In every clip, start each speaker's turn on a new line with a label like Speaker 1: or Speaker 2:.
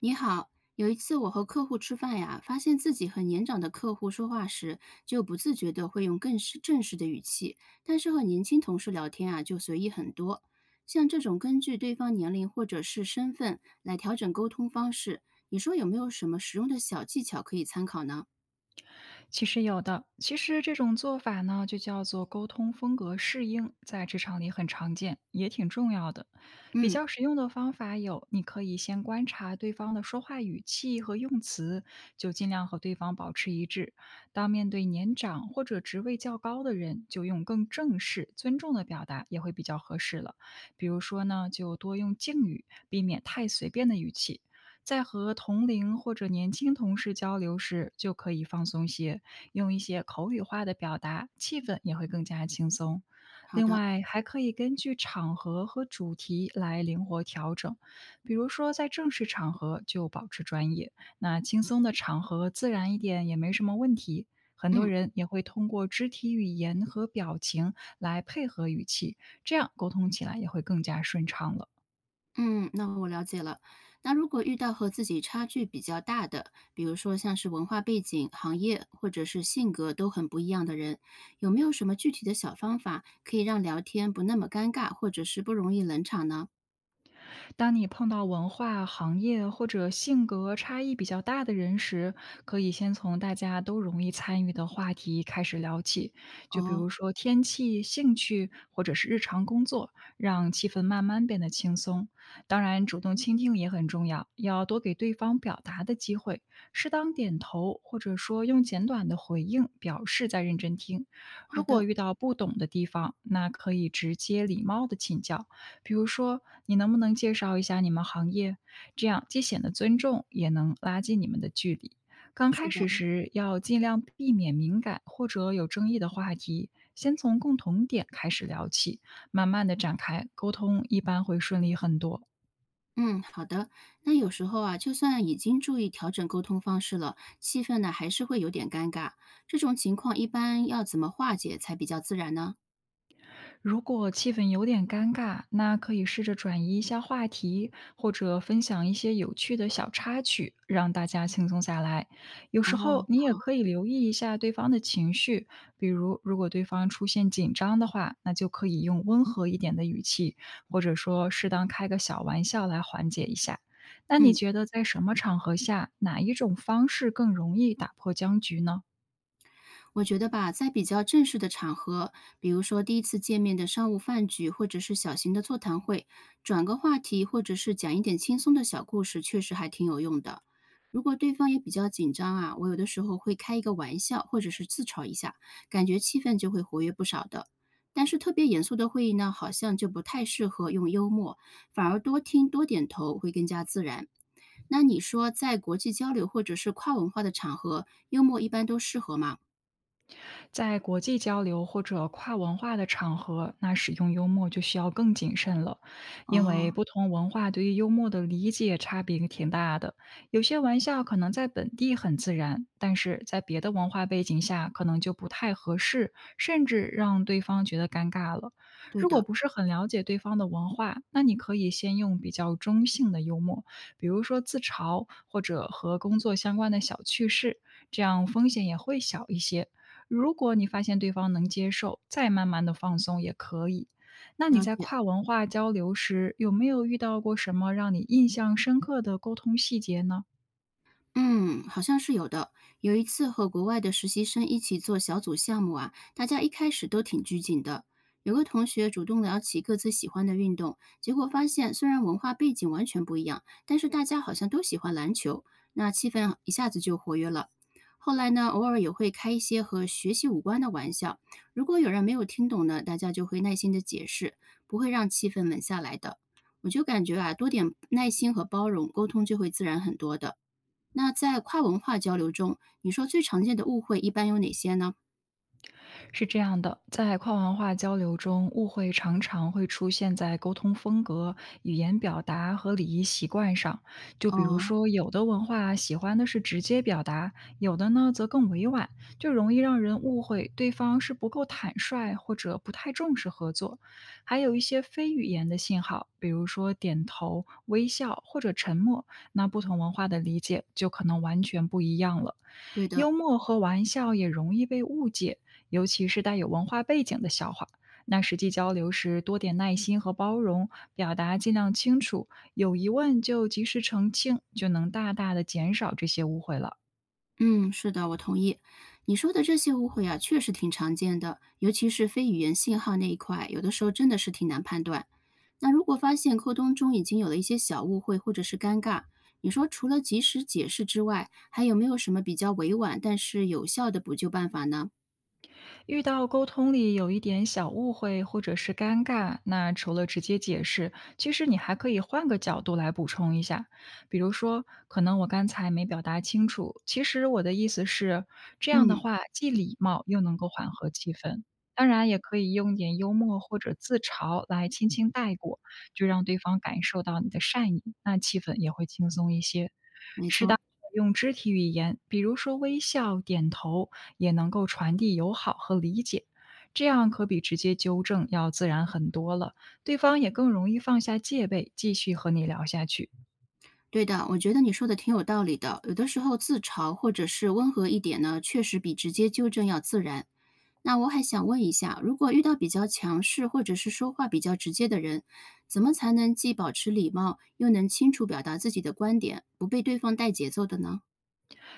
Speaker 1: 你好，有一次我和客户吃饭呀，发现自己和年长的客户说话时，就不自觉的会用更是正式的语气，但是和年轻同事聊天啊，就随意很多。像这种根据对方年龄或者是身份来调整沟通方式，你说有没有什么实用的小技巧可以参考呢？
Speaker 2: 其实有的，其实这种做法呢，就叫做沟通风格适应，在职场里很常见，也挺重要的。比
Speaker 1: 嗯，
Speaker 2: 较实用的方法有，你可以先观察对方的说话语气和用词，就尽量和对方保持一致。当面对年长或者职位较高的人，就用更正式、尊重的表达也会比较合适了。比如说呢，就多用敬语，避免太随便的语气。在和同龄或者年轻同事交流时，就可以放松些，用一些口语化的表达，气氛也会更加轻松。
Speaker 1: 好
Speaker 2: 另
Speaker 1: 的，
Speaker 2: 外，还可以根据场合和主题来灵活调整，比如说在正式场合就保持专业，那轻松的场合自然一点也没什么问题。很多
Speaker 1: 嗯。
Speaker 2: 人也会通过肢体语言和表情来配合语气，这样沟通起来也会更加顺畅了。
Speaker 1: 嗯，那我了解了。那如果遇到和自己差距比较大的，比如说像是文化背景、行业或者是性格都很不一样的人，有没有什么具体的小方法可以让聊天不那么尴尬，或者是不容易冷场呢？
Speaker 2: 当你碰到文化、行业或者性格差异比较大的人时，可以先从大家都容易参与的话题开始聊起，就比
Speaker 1: 哦，
Speaker 2: 如说天气、兴趣或者是日常工作，让气氛慢慢变得轻松。当然，主动倾听也很重要，要多给对方表达的机会，适当点头或者说用简短的回应表示在认真听。
Speaker 1: 好
Speaker 2: 如果
Speaker 1: 的，
Speaker 2: 遇到不懂的地方，那可以直接礼貌的请教。比如说，你能不能介绍一下你们行业？这样既显得尊重，也能拉近你们的距离。刚
Speaker 1: 是
Speaker 2: 开始
Speaker 1: 的。
Speaker 2: 时要尽量避免敏感或者有争议的话题，先从共同点开始聊起，慢慢的展开沟通，一般会顺利很多。
Speaker 1: 嗯，好的。那有时候啊，就算已经注意调整沟通方式了，气氛呢还是会有点尴尬。这种情况一般要怎么化解才比较自然呢？
Speaker 2: 如果气氛有点尴尬，那可以试着转移一下话题，或者分享一些有趣的小插曲，让大家轻松下来。有时候
Speaker 1: 哦，
Speaker 2: 你也可以留意一下对方的情绪，比如如果对方出现紧张的话，那就可以用温和一点的语气，或者说适当开个小玩笑来缓解一下。那你
Speaker 1: 嗯。
Speaker 2: 觉得在什么场合下，哪一种方式更容易打破僵局呢？
Speaker 1: 我觉得吧，在比较正式的场合，比如说第一次见面的商务饭局，或者是小型的座谈会，转个话题，或者是讲一点轻松的小故事，确实还挺有用的。如果对方也比较紧张啊，我有的时候会开一个玩笑，或者是自嘲一下，感觉气氛就会活跃不少的。但是特别严肃的会议呢，好像就不太适合用幽默，反而多听多点头会更加自然。那你说，在国际交流或者是跨文化的场合，幽默一般都适合吗？
Speaker 2: 在国际交流或者跨文化的场合，那使用幽默就需要更谨慎了，因为
Speaker 1: 哦，
Speaker 2: 不同文化对于幽默的理解差别挺大的。有些玩笑可能在本地很自然，但是在别的文化背景下可能就不太合适，甚至让对方觉得尴尬了。
Speaker 1: 对
Speaker 2: 如果
Speaker 1: 的，
Speaker 2: 不是很了解对方的文化，那你可以先用比较中性的幽默，比如说自嘲或者和工作相关的小趣事，这样风险也会小一些。如果你发现对方能接受，再慢慢的放松也可以。那你
Speaker 1: 了
Speaker 2: 在
Speaker 1: 解。
Speaker 2: 跨文化交流时，有没有遇到过什么让你印象深刻的沟通细节呢？
Speaker 1: 嗯，好像是有的。有一次和国外的实习生一起做小组项目啊，大家一开始都挺拘谨的。有个同学主动聊起各自喜欢的运动，结果发现虽然文化背景完全不一样，但是大家好像都喜欢篮球，那气氛一下子就活跃了。后来呢，偶尔也会开一些和学习无关的玩笑，如果有人没有听懂呢，大家就会耐心的解释，不会让气氛冷下来的。我就感觉啊，多点耐心和包容，沟通就会自然很多的。那在跨文化交流中，你说最常见的误会一般有哪些呢？
Speaker 2: 是这样的，在跨文化交流中，误会常常会出现在沟通风格、语言表达和礼仪习惯上。就比如
Speaker 1: 哦，
Speaker 2: 说，有的文化喜欢的是直接表达，有的呢则更委婉，就容易让人误会对方是不够坦率或者不太重视合作。还有一些非语言的信号，比如说点头、微笑或者沉默，那不同文化的理解就可能完全不一样了。
Speaker 1: 对的，
Speaker 2: 幽默和玩笑也容易被误解，尤其是带有文化背景的笑话。那实际交流时，多点耐心和包容，表达尽量清楚，有疑问就及时澄清，就能大大的减少这些误会了。
Speaker 1: 嗯，是的，我同意。你说的这些误会啊，确实挺常见的，尤其是非语言信号那一块，有的时候真的是挺难判断。那如果发现沟通中已经有了一些小误会或者是尴尬，你说除了及时解释之外，还有没有什么比较委婉但是有效的补救办法呢？
Speaker 2: 遇到沟通里有一点小误会或者是尴尬，那除了直接解释，其实你还可以换个角度来补充一下。比如说，可能我刚才没表达清楚，其实我的意思是，这样的
Speaker 1: 嗯，
Speaker 2: 话既礼貌又能够缓和气氛。当然，也可以用点幽默或者自嘲来轻轻带过，就让对方感受到你的善意，那气氛也会轻松一些。
Speaker 1: 没
Speaker 2: 适当
Speaker 1: 错。
Speaker 2: 地用肢体语言，比如说微笑、点头，也能够传递友好和理解，这样可比直接纠正要自然很多了，对方也更容易放下戒备，继续和你聊下去。
Speaker 1: 对的，我觉得你说的挺有道理的。有的时候自嘲或者是温和一点呢，确实比直接纠正要自然。那我还想问一下，如果遇到比较强势或者是说话比较直接的人，怎么才能既保持礼貌，又能清楚表达自己的观点，不被对方带节奏的呢？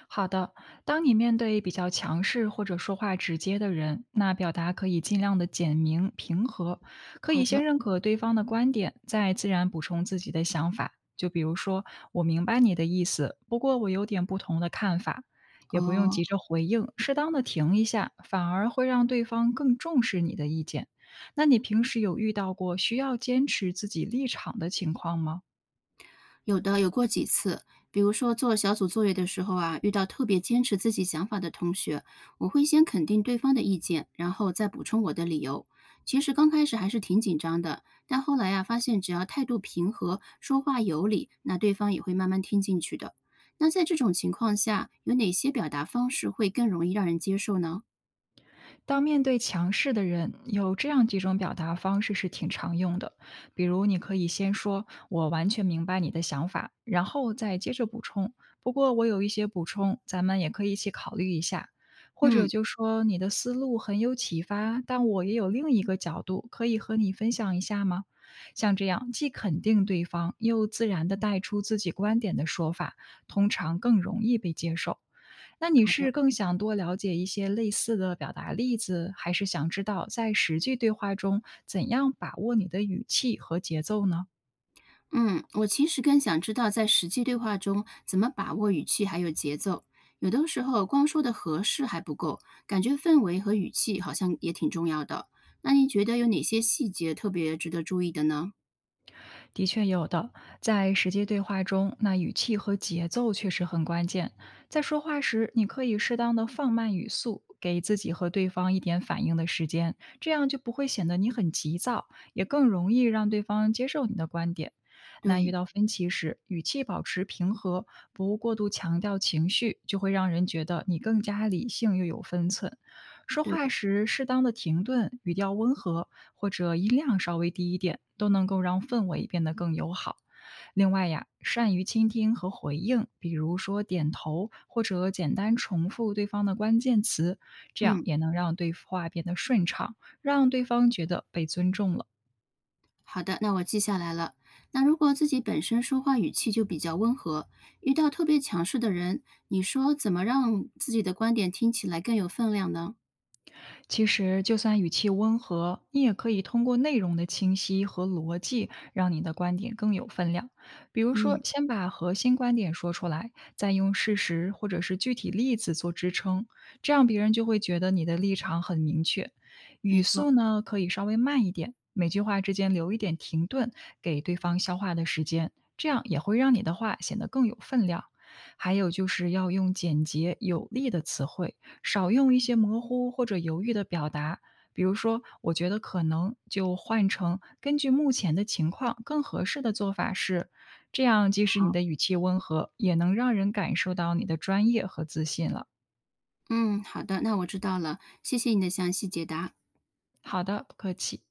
Speaker 2: 好的，当你面对比较强势或者说话直接的人，那表达可以尽量的简明平和，可
Speaker 1: 好
Speaker 2: 以先
Speaker 1: 的，
Speaker 2: 认可对方的观点，再自然补充自己的想法。就比如说，我明白你的意思，不过我有点不同的看法，也不用
Speaker 1: 哦，
Speaker 2: 急着回应，适当的停一下，反而会让对方更重视你的意见。那你平时有遇到过需要坚持自己立场的情况吗？
Speaker 1: 有的，有过几次。比如说做小组作业的时候啊，遇到特别坚持自己想法的同学，我会先肯定对方的意见，然后再补充我的理由。其实刚开始还是挺紧张的，但后来啊，发现只要态度平和，说话有理，那对方也会慢慢听进去的。那在这种情况下，有哪些表达方式会更容易让人接受呢？
Speaker 2: 当面对强势的人，有这样几种表达方式是挺常用的。比如，你可以先说“我完全明白你的想法”，然后再接着补充。不过，我有一些补充，咱们也可以一起考虑一下。或者
Speaker 1: 嗯，
Speaker 2: 就说你的思路很有启发，但我也有另一个角度，可以和你分享一下吗？像这样既肯定对方，又自然的带出自己观点的说法，通常更容易被接受。那你
Speaker 1: 好
Speaker 2: 是
Speaker 1: 的。
Speaker 2: 更想多了解一些类似的表达例子，还是想知道在实际对话中怎样把握你的语气和节奏呢？
Speaker 1: 嗯，我其实更想知道在实际对话中怎么把握语气还有节奏。有的时候光说的合适还不够，感觉氛围和语气好像也挺重要的。那你觉得有哪些细节特别值得注意的呢？
Speaker 2: 的确有的，在实际对话中，那语气和节奏确实很关键。在说话时，你可以适当的放慢语速，给自己和对方一点反应的时间，这样就不会显得你很急躁，也更容易让对方接受你的观点。那遇
Speaker 1: 对，
Speaker 2: 到分歧时，语气保持平和，不过度强调情绪，就会让人觉得你更加理性又有分寸。说
Speaker 1: 对
Speaker 2: 话
Speaker 1: 的，
Speaker 2: 时适当的停顿，语调温和，或者音量稍微低一点，都能够让氛围变得更友好。另外呀，善于倾听和回应，比如说点头或者简单重复对方的关键词，这样
Speaker 1: 嗯，
Speaker 2: 也能让对话变得顺畅，让对方觉得被尊重了。
Speaker 1: 好的，那我记下来了。那如果自己本身说话语气就比较温和，遇到特别强势的人，你说怎么让自己的观点听起来更有分量呢？
Speaker 2: 其实，就算语气温和，你也可以通过内容的清晰和逻辑，让你的观点更有分量。比如说，
Speaker 1: 嗯，
Speaker 2: 先把核心观点说出来，再用事实或者是具体例子做支撑，这样别人就会觉得你的立场很明确。
Speaker 1: 没
Speaker 2: 语
Speaker 1: 错，
Speaker 2: 速呢，可以稍微慢一点，每句话之间留一点停顿，给对方消化的时间，这样也会让你的话显得更有分量。还有就是要用简洁有力的词汇。少用一些模糊或者犹豫的表达，比如说“我觉得可能”，就换成“根据目前的情况，更合适的做法是”。这样，即使你
Speaker 1: 好。
Speaker 2: 的语气温和，也能让人感受到你的专业和自信了。
Speaker 1: 嗯，好的，那我知道了，谢谢你的详细解答。
Speaker 2: 好的，不客气。